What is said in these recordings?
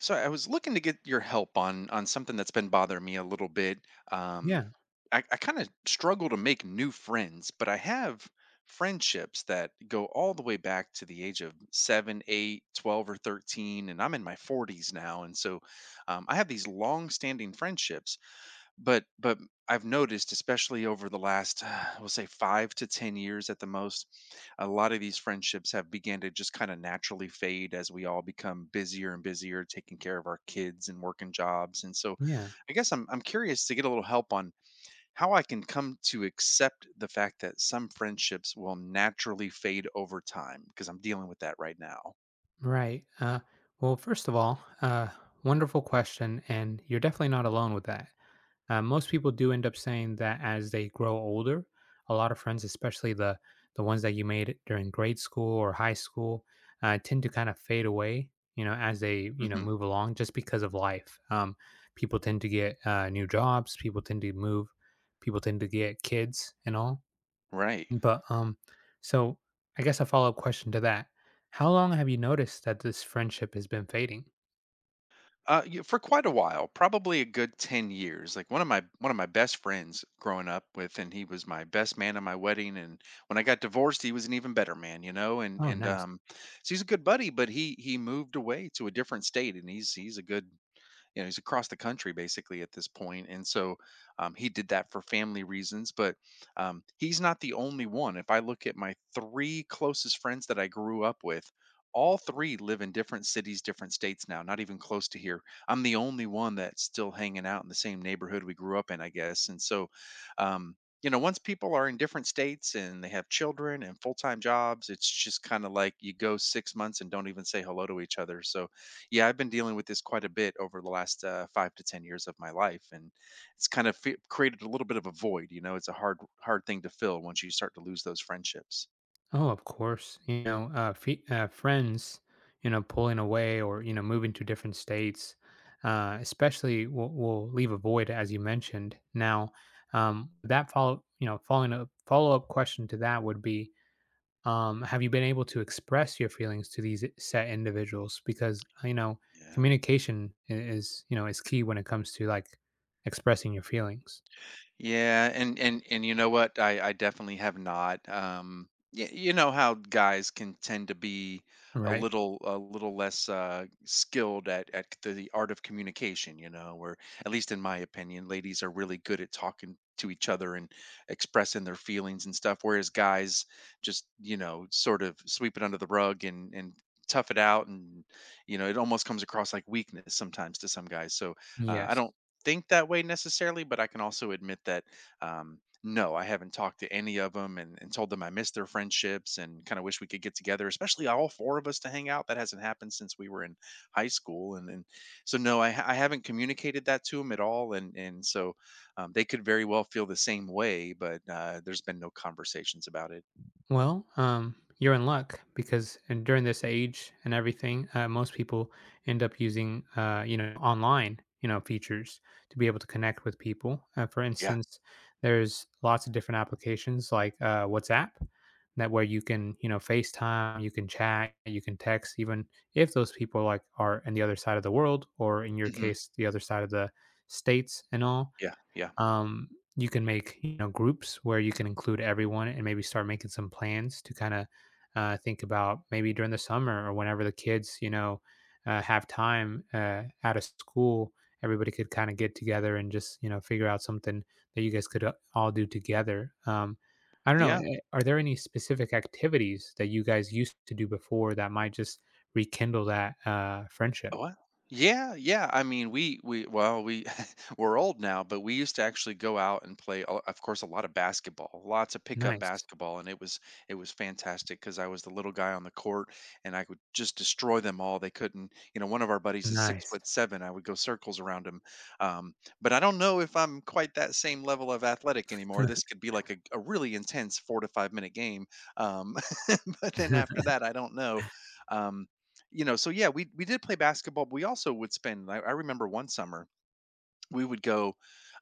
So I was looking to get your help on something that's been bothering me a little bit. Um, Yeah, I kind of struggle to make new friends, but I have friendships that go all the way back to the age of 7 8, 12, or 13, and I'm in my 40s now. And so I have these long-standing friendships, but I've noticed, especially over the last, we'll say 5 to 10 years at the most, a lot of these friendships have began to just kind of naturally fade as we all become busier and busier, taking care of our kids and working jobs. And so, yeah, I guess I'm curious to get a little help on how I can come to accept the fact that some friendships will naturally fade over time, because I'm dealing with that right now. right. Well, first of all, wonderful question, and you're definitely not alone with that. Most people do end up saying that as they grow older. A lot of friends, especially the ones that you made during grade school or high school, tend to kind of fade away. You know, as they Hmm. move along, just because of life. People tend to get new jobs. People tend to move. People tend to get kids and all. Right. But, so I guess a follow-up question to that. How long have you noticed that this friendship has been fading? Yeah, for quite a while, probably a good 10 years. Like one of my best friends growing up with, and he was my best man at my wedding. And when I got divorced, he was an even better man, you know. Oh, And nice. So he's a good buddy, but he moved away to a different state, and he's a good, you know, he's across the country basically at this point. And so he did that for family reasons, but he's not the only one. If I look at my three closest friends that I grew up with, all three live in different cities, different states now, not even close to here. I'm the only one that's still hanging out in the same neighborhood we grew up in, I guess. And so um, you know, once people are in different states and they have children and full-time jobs, it's just kind of like you go 6 months and don't even say hello to each other. So yeah, I've been dealing with this quite a bit over the last 5 to 10 years of my life, and it's kind of created a little bit of a void. You know, it's a hard, hard thing to fill once you start to lose those friendships. Oh, of course. You know, fe Friends, you know, pulling away or, you know, moving to different states, especially will leave a void, as you mentioned. Now, that follow, you know, following up follow-up question to that would be, have you been able to express your feelings to these set individuals because Yeah. communication is is key when it comes to like expressing your feelings, Yeah, and you know what? I definitely have not. You know how guys can tend to be a right? little a little less skilled at the art of communication. You know, or at least in my opinion, ladies are really good at talking to each other and expressing their feelings and stuff, whereas guys just, sort of sweep it under the rug, and tough it out. And you know, it almost comes across like weakness sometimes to some guys. So I Yes. don't think that way necessarily, but I can also admit that no, I haven't talked to any of them and, told them I miss their friendships and kind of wish we could get together, especially all four of us, to hang out. That hasn't happened since we were in high school. And so no, I, I haven't communicated that to them at all. And so they could very well feel the same way, but there's been no conversations about it. Well, you're in luck because and during this age and everything, most people end up using, you know, online, you know, features to be able to connect with people. For Yeah. instance, there's lots of different applications like WhatsApp, that where you can, you know, FaceTime, you can chat, you can text, even if those people like are in the other side of the world or in your Hmm. case, the other side of the states and all. Yeah, yeah, um, you can make you know groups where you can include everyone and maybe start making some plans to kind of think about maybe during the summer or whenever the kids have time out of school. Everybody could kind of get together and just you know figure out something that you guys could all do together. I don't know, yeah. Are there any specific activities that you guys used to do before that might just rekindle that friendship? What? Yeah, yeah. I mean, we well, we we're old now, but we used to actually go out and play, of course, a lot of basketball, lots of pickup Nice. basketball. And it was fantastic because I was the little guy on the court, and I could just destroy them all. They couldn't, you know. One of our buddies is six Nice. foot seven. I would go circles around him. um, but I don't know if I'm quite that same level of athletic anymore. This could be like a really intense 4 to 5 minute game. um, but then after that, I don't know. Um, you know, so yeah, we did play basketball, but we also would spend, I remember one summer we would go,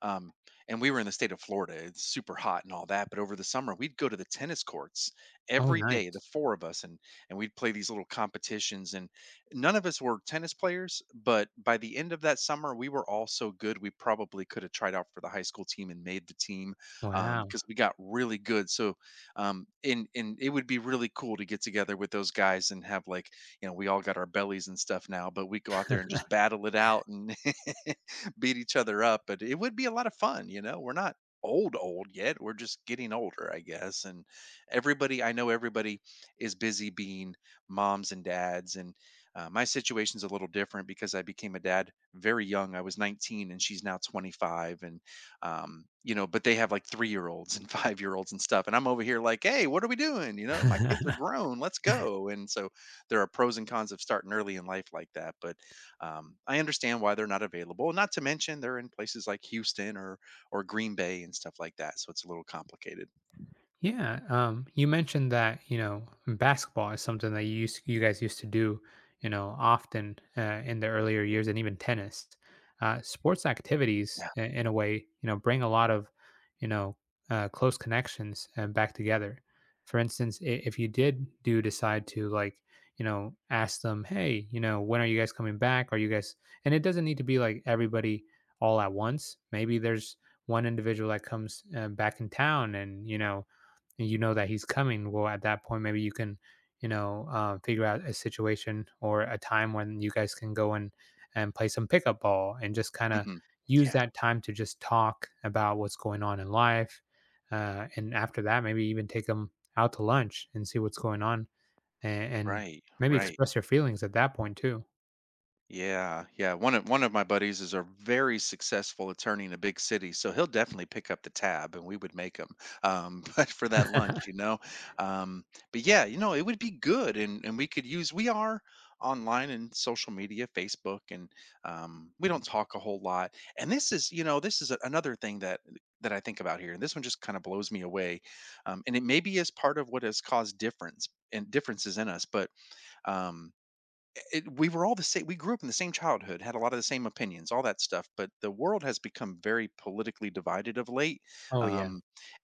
um, and we were in the state of Florida. It's super hot and all that, but over the summer, we'd go to the tennis courts Oh, every day, the nice. four of us, and we'd play these little competitions. And none of us were tennis players, but by the end of that summer, we were all so good we probably could have tried out for the high school team and made the team, Wow. because we got really good. So and it would be really cool to get together with those guys and have, like, you know, we all got our bellies and stuff now, but we go out there and just battle it out and beat each other up. But it would be a lot of fun, you know. We're not old old yet. We're just getting older, I guess. And everybody, I know everybody is busy being moms and dads. And my situation's a little different because I became a dad very young. I was 19 and she's now 25. And you know, but they have like 3-year-olds and 5-year-olds and stuff, and I'm over here like, "Hey, what are we doing? You know, my kids are grown. Let's go." And so there are pros and cons of starting early in life like that. But I understand why they're not available. Not to mention they're in places like Houston or Green Bay and stuff like that, so it's a little complicated. Yeah, you mentioned that you know basketball is something that you guys used to do, you know, often in the earlier years, and even tennis. Sports activities, Yeah. In a way, you know, bring a lot of, you know, close connections back together. For instance, if you did do decide to like, you know, ask them, hey, you know, when are you guys coming back? Are you guys? And it doesn't need to be like everybody all at once. Maybe there's one individual that comes back in town, and you know that he's coming, well, at that point, maybe you can, you know, figure out a situation or a time when you guys can go and play some pickup ball and just kind of Hmm. use Yeah. that time to just talk about what's going on in life. And after that, maybe even take them out to lunch and see what's going on and Right. maybe Right. express your feelings at that point too. Yeah, yeah. One of my buddies is a very successful attorney in a big city, so he'll definitely pick up the tab, and we would make him. But for that lunch, you know. Um, but yeah, it would be good. And we could use, we are online and social media, Facebook. And we don't talk a whole lot. And this is another thing that I think about here, and this one just kind of blows me away. And it maybe is part of what has caused differences in us. But um it, we were all the same. We grew up in the same childhood, had a lot of the same opinions, all that stuff. But the world has become very politically divided of late. Oh, yeah, um,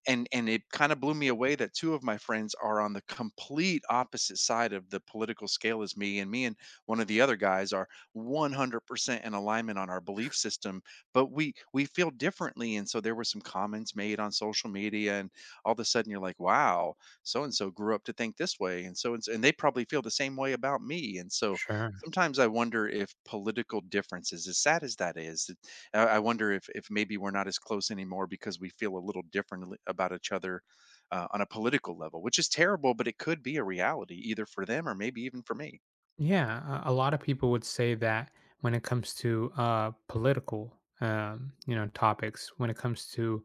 and and it kind of blew me away that two of my friends are on the complete opposite side of the political scale as me, and me and one of the other guys are 100% in alignment on our belief system. But we feel differently. And so there were some comments made on social media, and all of a sudden you're like, wow, so and so grew up to think this way, and so and so, and they probably feel the same way about me. And so sure. sometimes I wonder if political differences, as sad as that is, I wonder if maybe we're not as close anymore, because we feel a little differently about each other on a political level, which is terrible, but it could be a reality either for them or maybe even for me. Yeah, a lot of people would say that when it comes to political, you know, topics, when it comes to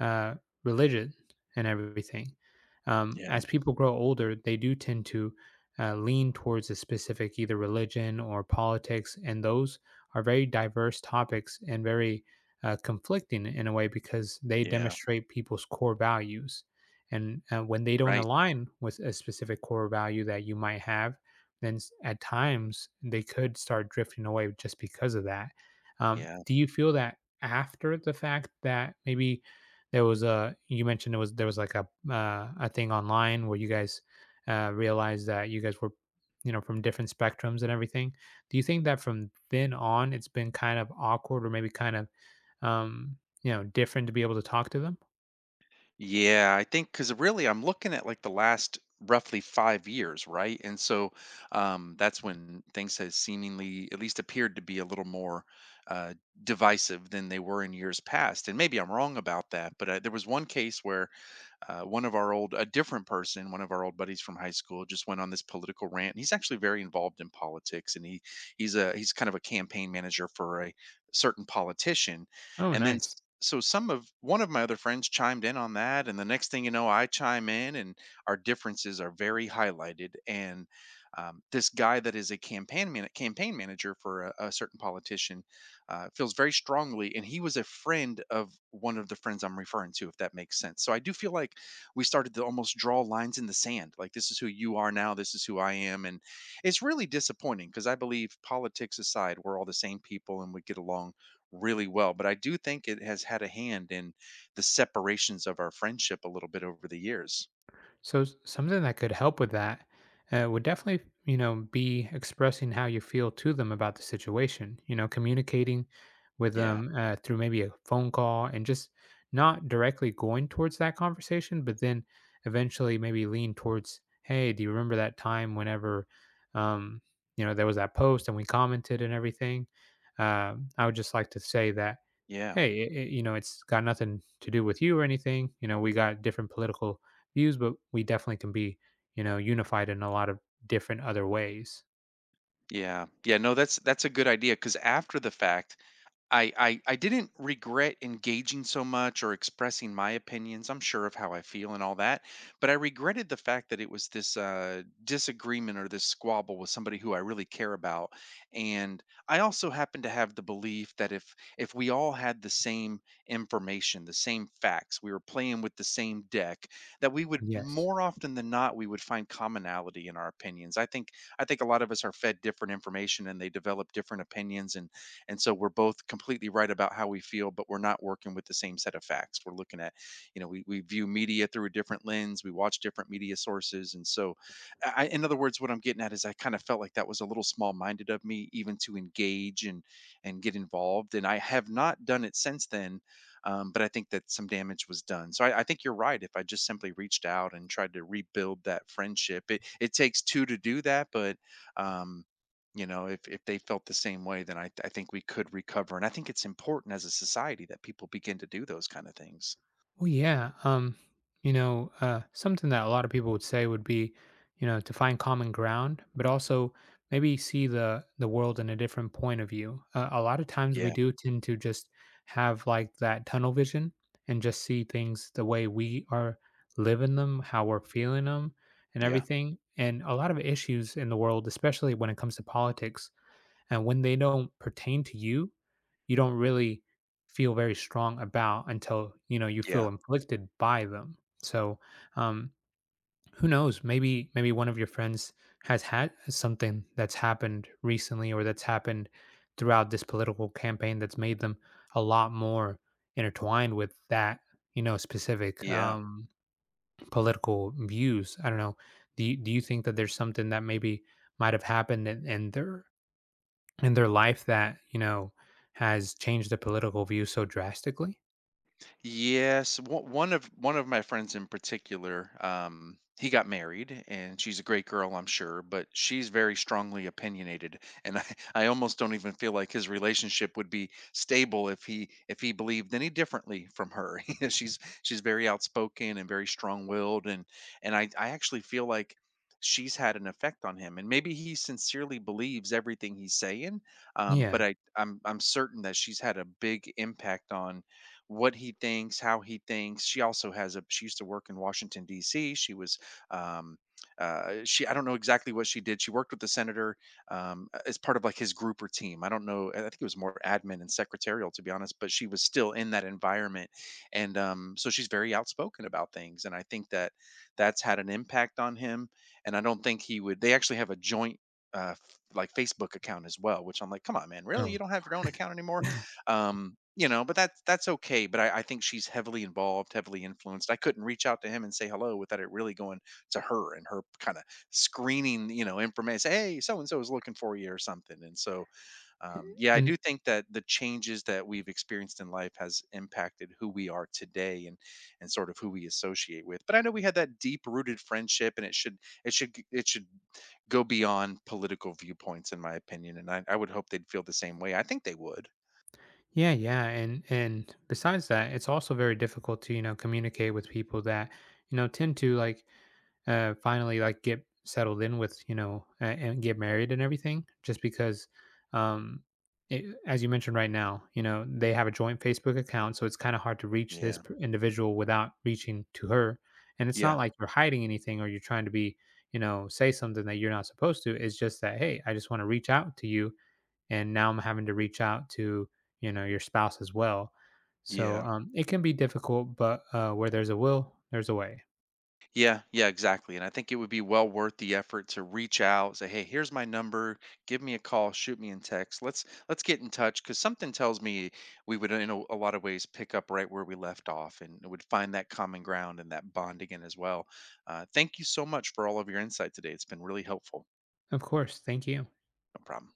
uh, religion and everything, Yeah. as people grow older, they do tend to lean towards a specific either religion or politics, and those are very diverse topics and very conflicting in a way because they Yeah. demonstrate people's core values. And when they don't Right. align with a specific core value that you might have, then at times they could start drifting away just because of that. Yeah. Do you feel that after the fact that maybe there was a you mentioned it was there was like a thing online where you guys realized that you guys were you know from different spectrums and everything. Do you think that from then on it's been kind of awkward or maybe kind of um, you know different to be able to talk to them? Yeah, I think, because really I'm looking at like the last roughly 5 years, right? And so that's when things has seemingly at least appeared to be a little more uh, divisive than they were in years past. And maybe I'm wrong about that, but there was one case where one of our old, a different person, one of our old buddies from high school, just went on this political rant. He's actually very involved in politics, and he's kind of a campaign manager for a certain politician. Oh, And then nice. s- so some of one of my other friends chimed in on that, and the next thing you know, I chime in, and our differences are very highlighted. And this guy that is a campaign manager for a certain politician feels very strongly, and he was a friend of one of the friends I'm referring to, if that makes sense. So I do feel like we started to almost draw lines in the sand, like, this is who you are now, this is who I am. And it's really disappointing, because I believe, politics aside, we're all the same people and we get along really well. But I do think it has had a hand in the separations of our friendship a little bit over the years. So something that could help with that would definitely, you know, be expressing how you feel to them about the situation. You know, communicating with Yeah. Yeah. them through maybe a phone call and just not directly going towards that conversation, but then eventually maybe lean towards, hey, do you remember that time whenever, um, you know, there was that post and we commented and everything? I would just like to say that Yeah. hey, you know, it's got nothing to do with you or anything. You know, we got different political views, but we definitely can be, you know, unified in a lot of different other ways. Yeah. Yeah, no, that's a good idea. Because after the fact, I didn't regret engaging so much or expressing my opinions. I'm sure of how I feel and all that, but I regretted the fact that it was this disagreement or this squabble with somebody who I really care about. And I also happen to have the belief that if we all had the same information, the same facts, we were playing with the same deck, that we would Yes. more often than not we would find commonality in our opinions. I think a lot of us are fed different information and they develop different opinions and so we're both completely right about how we feel, but we're not working with the same set of facts. We're looking at, you know, we view media through a different lens, we watch different media sources. And so I in other words, what I'm getting at is I kind of felt like that was a little small minded of me even to engage and get involved. And I have not done it since then, but I think that some damage was done. So I think you're right. If I just simply reached out and tried to rebuild that friendship, it takes two to do that. But um, you know, if they felt the same way, then I think we could recover. And I think it's important as a society that people begin to do those kind of things. Well, yeah. You know, something that a lot of people would say would be, you know, to find common ground, but also maybe see the world in a different point of view. A lot of times we Yeah, do tend to just have like that tunnel vision and just see things the way we are living them, how we're feeling them, and yeah, everything. And a lot of issues in the world, especially when it comes to politics, and when they don't pertain to you, you don't really feel very strong about until, you know, you yeah, feel inflicted by them. So, um, who knows? Maybe one of your friends has had something that's happened recently or that's happened throughout this political campaign that's made them a lot more intertwined with that, you know, specific yeah. Political views. I don't know. Do you think that there's something that maybe might have happened in their life that you know has changed the political view so drastically? Yes, one of my friends in particular, he got married, and she's a great girl, I'm sure, but she's very strongly opinionated, and I, I almost don't even feel like his relationship would be stable if he believed any differently from her. You know, she's very outspoken and very strong-willed, and I actually feel like she's had an effect on him, and maybe he sincerely believes everything he's saying, Yeah, but I'm certain that she's had a big impact on what he thinks, how he thinks. She also has a she used to work in Washington D.C. She was um she I don't know exactly what she did. She worked with the senator, as part of like his group or team. I don't know. I think it was more admin and secretarial to be honest, but she was still in that environment. And so she's very outspoken about things, and I think that that's had an impact on him. And I don't think he would they actually have a joint like Facebook account as well, which I'm like, come on, man, really? You no, don't have your own account anymore? You know, but that's okay. But I think she's heavily involved, heavily influenced. I couldn't reach out to him and say hello without it really going to her, and her kind of screening, you know, information. Say, "Hey, so and so is looking for you," or something. And so, yeah, I and do think that the changes that we've experienced in life has impacted who we are today, and sort of who we associate with. But I know we had that deep rooted friendship, and it should it should go beyond political viewpoints in my opinion. And I would hope they'd feel the same way. I think they would. yeah, yeah, and besides that it's also very difficult to you know communicate with people that you know tend to like finally like get settled in with you know and get married and everything just because um it, as you mentioned right now you know they have a joint Facebook account so it's kind of hard to reach this Yeah, individual without reaching to her. And it's not yeah, like you're hiding anything or you're trying to be you know say something that you're not supposed to. It's just that hey I just want to reach out to you and now I'm having to reach out to you know your spouse as well. So yeah, it can be difficult but where there's a will there's a way. yeah, yeah, exactly. And I think it would be well worth the effort to reach out, say, "Hey, here's my number. Give me a call. Shoot me in text. Let's get in touch." Because something tells me we would, in a lot of ways, pick up right where we left off, and would find that common ground and that bond again as well. Thank you so much for all of your insight today. It's been really helpful. Of course, thank you. No problem.